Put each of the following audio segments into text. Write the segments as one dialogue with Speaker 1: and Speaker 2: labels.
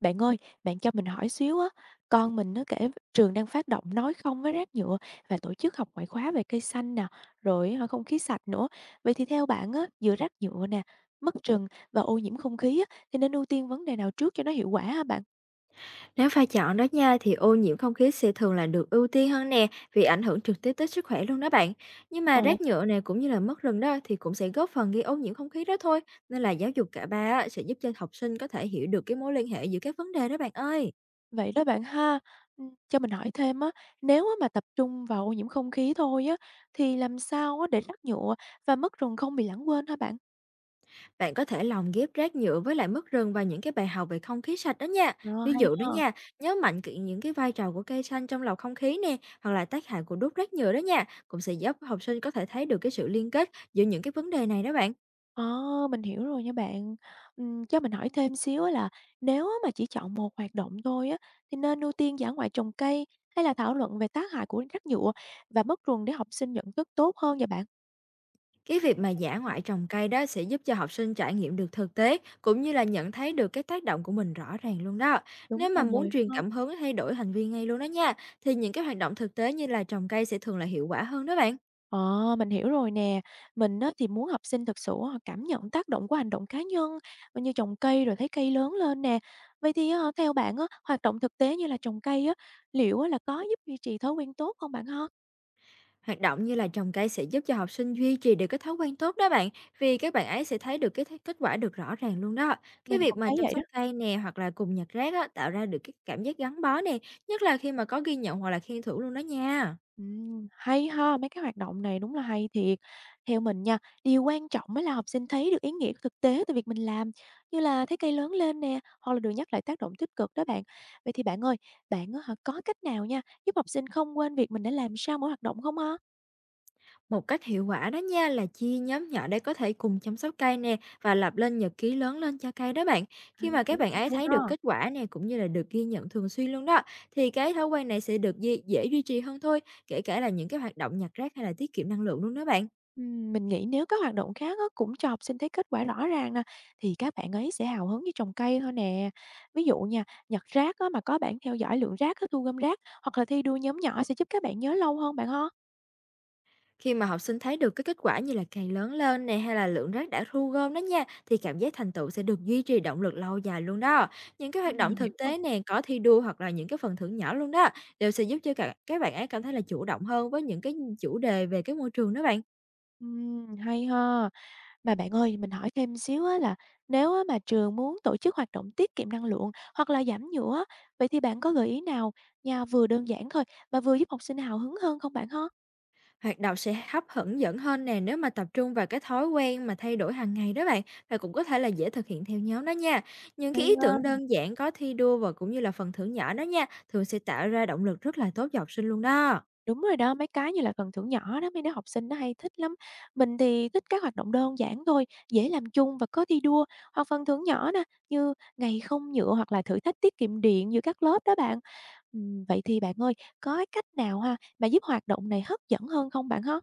Speaker 1: Bạn ơi, bạn cho mình hỏi xíu á, con mình nó kể trường đang phát động nói không với rác nhựa và tổ chức học ngoại khóa về cây xanh nè, rồi á, không khí sạch nữa. Vậy thì theo bạn á, giữa rác nhựa nè, mất rừng và ô nhiễm không khí á, thì nên ưu tiên vấn đề nào trước cho nó hiệu quả hả bạn?
Speaker 2: Nếu phải chọn đó nha thì ô nhiễm không khí sẽ thường là được ưu tiên hơn nè, vì ảnh hưởng trực tiếp tới sức khỏe luôn đó bạn. Nhưng
Speaker 1: Ờ,
Speaker 2: mà rác nhựa này cũng như là mất rừng đó thì cũng sẽ góp phần gây ô nhiễm không khí đó thôi. Nên là giáo dục cả ba á, sẽ giúp cho học sinh có thể hiểu được cái mối liên hệ giữa các vấn đề đó bạn ơi.
Speaker 1: vậy đó bạn ha. Ừ, cho mình hỏi thêm á, nếu á mà tập trung vào ô nhiễm không khí thôi á, thì làm sao á để rác nhựa và mất rừng không bị lãng quên hả bạn?
Speaker 2: Bạn có thể lồng ghép rác nhựa với lại mất rừng và những cái bài học về không khí sạch đó nha.
Speaker 1: Ờ,
Speaker 2: Ví
Speaker 1: hay
Speaker 2: dụ đó
Speaker 1: ha.
Speaker 2: nha, nhớ mạnh kỹ những cái vai trò của cây xanh trong lọc không khí nè, hoặc là tác hại của đốt rác nhựa đó nha, cũng sẽ giúp học sinh có thể thấy được cái sự liên kết giữa những cái vấn đề này đó bạn.
Speaker 1: Ờ, mình hiểu rồi nha bạn. Cho mình hỏi thêm xíu á là nếu á mà chỉ chọn một hoạt động thôi á, thì nên ưu tiên dã ngoại trồng cây hay là thảo luận về tác hại của rác nhựa và mất rừng để học sinh nhận thức tốt hơn vậy bạn?
Speaker 2: Cái
Speaker 1: Cái
Speaker 2: việc
Speaker 1: này
Speaker 2: mà
Speaker 1: là
Speaker 2: dã
Speaker 1: giảm nhẹ.
Speaker 2: ngoại trồng cây đó sẽ giúp cho học sinh trải nghiệm được thực tế, cũng như là nhận thấy được cái tác động của mình rõ ràng luôn đó.
Speaker 1: Đúng
Speaker 2: Nếu mà muốn
Speaker 1: rồi,
Speaker 2: truyền
Speaker 1: đúng ha.
Speaker 2: cảm hứng thay đổi hành vi ngay luôn đó nha, thì những cái hoạt động thực tế như là trồng cây sẽ thường là hiệu quả hơn đó bạn.
Speaker 1: Ờ, mình hiểu rồi nè. Mình á, thì muốn học sinh thực sự họ cảm nhận tác động của hành động cá nhân ờ, như trồng cây rồi thấy cây lớn lên nè. Vậy thì ờ, theo bạn á, hoạt động thực tế như là trồng cây á, liệu á, là có giúp duy trì thói quen tốt không bạn ha?
Speaker 2: Hoạt động như là trồng cây sẽ giúp cho học sinh duy trì được cái thói quen tốt đó bạn, vì các bạn ấy sẽ thấy được cái kết quả được rõ ràng luôn đó. Cái
Speaker 1: Mình
Speaker 2: việc
Speaker 1: cũng
Speaker 2: mà
Speaker 1: thấy
Speaker 2: chăm
Speaker 1: vậy đó.
Speaker 2: sóc cây nè, hoặc là cùng nhặt rác á, tạo ra được cái cảm giác gắn bó nè, nhất là khi mà có ghi nhận hoặc là khen thưởng luôn đó nha.
Speaker 1: Hay ha, mấy cái hoạt động này đúng là hay thiệt. Theo mình nha, điều quan trọng mới là học sinh thấy được ý nghĩa của thực tế từ việc mình làm, như là thấy cây lớn lên nè, hoặc là được nhắc lại tác động tích cực đó bạn. Vậy thì bạn ơi, bạn á hả, có cách nào nha, giúp học sinh không quên việc mình đã làm sau mỗi hoạt động không ha?
Speaker 2: Một cách hiệu quả đó nha là chia nhóm nhỏ để có thể cùng chăm sóc cây nè, và lập lên nhật ký lớn lên cho cây đó bạn.
Speaker 1: À,
Speaker 2: Khi mà
Speaker 1: cái
Speaker 2: các
Speaker 1: này
Speaker 2: bạn ấy
Speaker 1: hay
Speaker 2: thấy
Speaker 1: ha.
Speaker 2: được kết quả nè, cũng như là được ghi nhận thường xuyên luôn đó, thì cái thói quen này sẽ được dễ duy trì hơn thôi, kể cả là những cái hoạt động nhặt rác hay là tiết kiệm năng lượng luôn đó bạn.
Speaker 1: Mình nghĩ nếu các hoạt động khác á, cũng cho học sinh thấy kết quả rõ ràng nè, thì các bạn ấy sẽ hào hứng với trồng cây thôi nè. Ví dụ nha, nhặt rác á, mà có bảng theo dõi lượng rác, á, thu gom rác hoặc là thi đua nhóm nhỏ sẽ giúp các bạn nhớ lâu hơn bạn ha.
Speaker 2: Khi mà học sinh thấy được cái kết quả như là càng lớn lên nè, hay là lượng rác đã thu gom đó nha, thì cảm giác thành tựu sẽ được duy trì động lực lâu dài luôn đó. Những cái hoạt động
Speaker 1: Mình hiểu
Speaker 2: thực
Speaker 1: không.
Speaker 2: tế nè, có thi đua hoặc là những cái phần thưởng nhỏ luôn đó, đều sẽ giúp cho cả các bạn ấy cảm thấy là chủ động hơn với những cái chủ đề về cái môi trường đó bạn.
Speaker 1: Hay ha. Mà bạn ơi, mình hỏi thêm xíu á, là nếu á, mà trường muốn tổ chức hoạt động tiết kiệm năng lượng hoặc là giảm nhựa, á, vậy thì bạn có gợi ý nào nha, vừa đơn giản thôi mà vừa giúp học sinh hào hứng hơn không bạn ha?
Speaker 2: Hoạt động sẽ hấp dẫn hơn nè nếu mà tập trung vào cái thói quen mà thay đổi hàng ngày đó bạn, và cũng có thể là dễ thực hiện theo nhóm đó nha. Những cái
Speaker 1: Hay
Speaker 2: ý
Speaker 1: ha.
Speaker 2: tưởng đơn giản có thi đua, và cũng như là phần thưởng nhỏ đó nha, thường sẽ tạo ra động lực rất là tốt cho học sinh luôn đó.
Speaker 1: Đúng rồi đó, mấy cái như là phần thưởng nhỏ đó, mấy đứa học sinh nó hay thích lắm. Mình thì thích các hoạt động đơn giản thôi, dễ làm chung và có thi đua, hoặc phần thưởng nhỏ nè, như ngày không nhựa hoặc là thử thách tiết kiệm điện giữa các lớp đó bạn. Vậy thì bạn ơi, có cái cách nào ha mà giúp hoạt động này hấp dẫn hơn không bạn ha?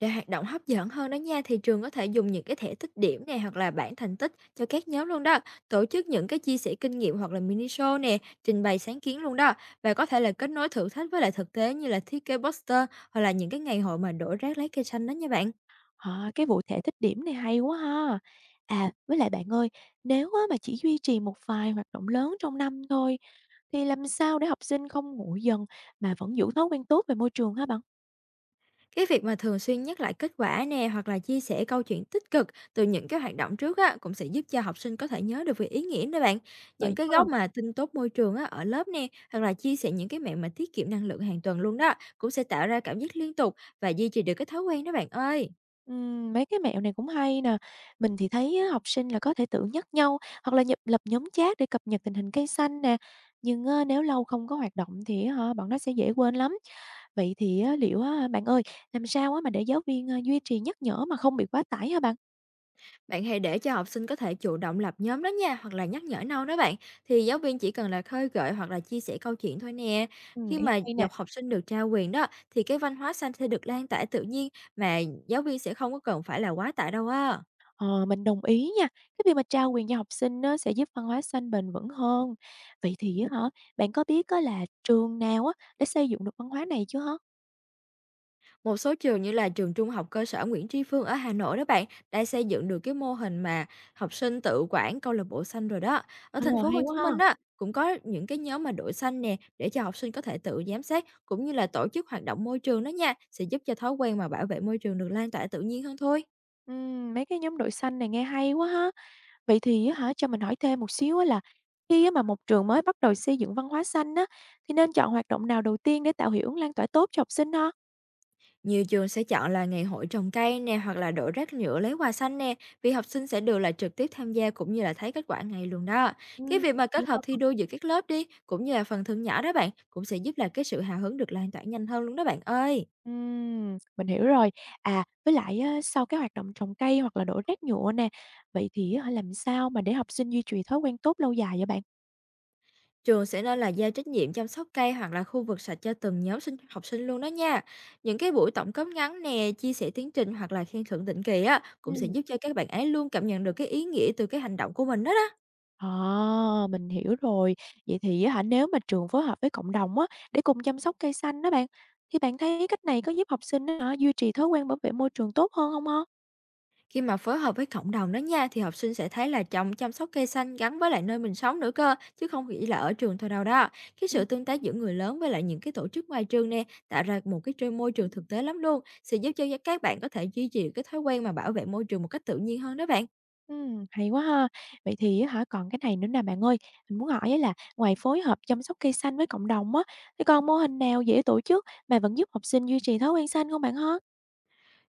Speaker 2: Để hoạt động hấp dẫn hơn đó nha, thì trường có thể dùng những cái thẻ tích điểm này, hoặc là bảng thành tích cho các nhóm luôn đó. Tổ chức những cái chia sẻ kinh nghiệm hoặc là mini show nè, trình bày sáng kiến luôn đó. Và có thể là kết nối thử thách với lại thực tế, như là thiết kế poster, hoặc là những cái ngày hội mà đổ rác lấy cây xanh đó nha bạn.
Speaker 1: Ờ, cái vụ thể thích điểm này hay quá ha. À, với lại bạn ơi, nếu á mà chỉ duy trì một vài hoạt động lớn trong năm thôi, thì làm sao để học sinh không nguội dần mà vẫn giữ thói quen tốt về môi trường hả bạn?
Speaker 2: Cái việc mà thường xuyên nhắc lại kết quả nè, hoặc là chia sẻ câu chuyện tích cực từ những cái hoạt động trước á, cũng sẽ giúp cho học sinh có thể nhớ được về ý nghĩa đó bạn. Những
Speaker 1: Vậy
Speaker 2: cái
Speaker 1: ha.
Speaker 2: góc mà tin tốt môi trường á ở lớp nè, hoặc là chia sẻ những cái mẹo mà tiết kiệm năng lượng hàng tuần luôn đó, cũng sẽ tạo ra cảm giác liên tục và duy trì được cái thói quen đó bạn ơi.
Speaker 1: Mấy cái mẹo này cũng hay nè. Mình thì thấy á, học sinh là có thể tự nhắc nhau hoặc là nhập lập nhóm chat để cập nhật tình hình cây xanh nè. Nhưng á, nếu lâu không có hoạt động thì á hả, bọn nó sẽ dễ quên lắm. Vậy thì á, liệu á, bạn ơi, làm sao á, mà để giáo viên à, duy trì nhắc nhở mà không bị quá tải hả bạn?
Speaker 2: Bạn hãy để cho học sinh có thể chủ động lập nhóm đó nha, hoặc là nhắc nhở nhau đó bạn. Thì giáo viên chỉ cần là khơi gợi, hoặc là chia sẻ câu chuyện thôi nè.
Speaker 1: Ừ,
Speaker 2: Khi
Speaker 1: ý
Speaker 2: mà
Speaker 1: hay nè.
Speaker 2: học sinh được trao quyền đó, thì cái văn hóa xanh sẽ được lan tỏa tự nhiên, mà giáo viên sẽ không có cần phải là quá tải đâu á.
Speaker 1: Ờ, mình đồng ý nha. Cái việc mà trao quyền cho học sinh á, sẽ giúp văn hóa xanh bền vững hơn. Vậy thì á, hả, bạn có biết á, là trường nào á, đã xây dựng được văn hóa này chưa hả?
Speaker 2: Một số trường như là trường Trung học cơ sở Nguyễn Tri Phương ở Hà Nội đó bạn, đã xây dựng được cái mô hình mà học sinh tự quản câu lạc bộ xanh rồi đó. Ở
Speaker 1: Ờ,
Speaker 2: thành phố
Speaker 1: hay
Speaker 2: Hồ
Speaker 1: quá
Speaker 2: Chí
Speaker 1: ha.
Speaker 2: Minh đó cũng có những cái nhóm mà đội xanh nè, để cho học sinh có thể tự giám sát, cũng như là tổ chức hoạt động môi trường đó nha, sẽ giúp cho thói quen mà bảo vệ môi trường được lan tỏa tự nhiên hơn thôi.
Speaker 1: Mấy cái nhóm đội xanh này nghe hay quá ha. Vậy thì á hả, cho mình hỏi thêm một xíu á là khi á mà một trường mới bắt đầu xây dựng văn hóa xanh á, thì nên chọn hoạt động nào đầu tiên để tạo hiệu ứng lan tỏa tốt cho học sinh ha?
Speaker 2: Nhiều trường sẽ chọn là ngày hội trồng cây nè, hoặc là đổ rác nhựa lấy quà xanh nè, vì học sinh sẽ được là trực tiếp tham gia, cũng như là thấy kết quả ngay luôn đó. Cái
Speaker 1: Ừm,
Speaker 2: việc mà
Speaker 1: vậy
Speaker 2: kết hợp
Speaker 1: thôi.
Speaker 2: thi đua giữa các lớp đi, cũng như là phần thưởng nhỏ đó bạn, cũng sẽ giúp là cái sự hào hứng được lan tỏa nhanh hơn luôn đó bạn ơi.
Speaker 1: Mình hiểu rồi. À, với lại á, sau cái hoạt động trồng cây hoặc là đổ rác nhựa nè, vậy thì á làm sao mà để học sinh duy trì thói quen tốt lâu dài vậy bạn?
Speaker 2: Trường sẽ nên là giao trách nhiệm chăm sóc cây, hoặc là khu vực sạch, cho từng nhóm học sinh luôn đó nha. Những cái buổi tổng kết ngắn nè, chia sẻ tiến trình, hoặc là khen thưởng định kỳ á,
Speaker 1: Ừ.
Speaker 2: cũng sẽ giúp cho các bạn ấy luôn cảm nhận được cái ý nghĩa từ cái hành động của mình đó đó.
Speaker 1: À, mình hiểu rồi. Vậy thì á hả, nếu mà trường phối hợp với cộng đồng á, để cùng chăm sóc cây xanh đó bạn, thì bạn thấy cách này có giúp học sinh á hả, duy trì thói quen bảo vệ môi trường tốt hơn không ha?
Speaker 2: Khi mà phối hợp với cộng đồng đó nha, thì học sinh sẽ thấy là trồng chăm sóc cây xanh gắn với lại nơi mình sống nữa cơ, chứ không chỉ là ở trường thôi đâu đó. Cái
Speaker 1: Ừm.
Speaker 2: sự tương tác giữa người lớn với lại những cái tổ chức ngoài trường nè, tạo ra một cái môi trường thực tế lắm luôn, sẽ giúp cho các bạn có thể duy trì cái thói quen mà bảo vệ môi trường một cách tự nhiên hơn đó bạn.
Speaker 1: Hay quá ha. Vậy thì á hả, còn cái này nữa nè bạn ơi, mình muốn hỏi á là ngoài phối hợp chăm sóc cây xanh với cộng đồng á, thì còn mô hình nào dễ tổ chức mà vẫn giúp học sinh duy trì thói quen xanh không bạn ha?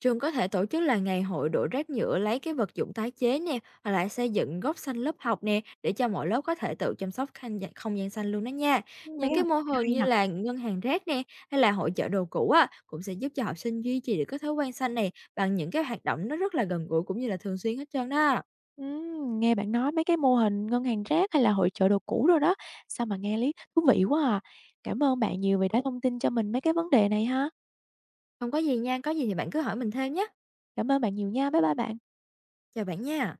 Speaker 2: Trường có thể tổ chức là ngày hội đổ rác nhựa lấy cái vật dụng tái chế nè, hoặc là xây dựng góc xanh lớp học nè, để cho mỗi lớp có thể tự chăm sóc không gian xanh luôn đó nha.
Speaker 1: Mấy
Speaker 2: Những
Speaker 1: cái ừm,
Speaker 2: cái
Speaker 1: hoạt
Speaker 2: mô
Speaker 1: động
Speaker 2: hình
Speaker 1: hay
Speaker 2: như
Speaker 1: nè.
Speaker 2: là ngân hàng rác nè, hay là hội chợ đồ cũ á, cũng sẽ giúp cho học sinh duy trì được cái thói quen xanh này, bằng những cái hoạt động nó rất là gần gũi, cũng như là thường xuyên hết trơn đó.
Speaker 1: Nghe bạn nói mấy cái mô hình ngân hàng rác hay là hội chợ đồ cũ rồi đó, sao mà nghe lý thú vị quá à. Cảm ơn bạn nhiều vì đã thông tin cho mình mấy cái vấn đề này ha.
Speaker 2: Không có gì nha, có gì thì bạn cứ hỏi mình thêm nhé.
Speaker 1: Cảm ơn bạn nhiều nha. Bye bye bạn.
Speaker 2: Chào bạn nha.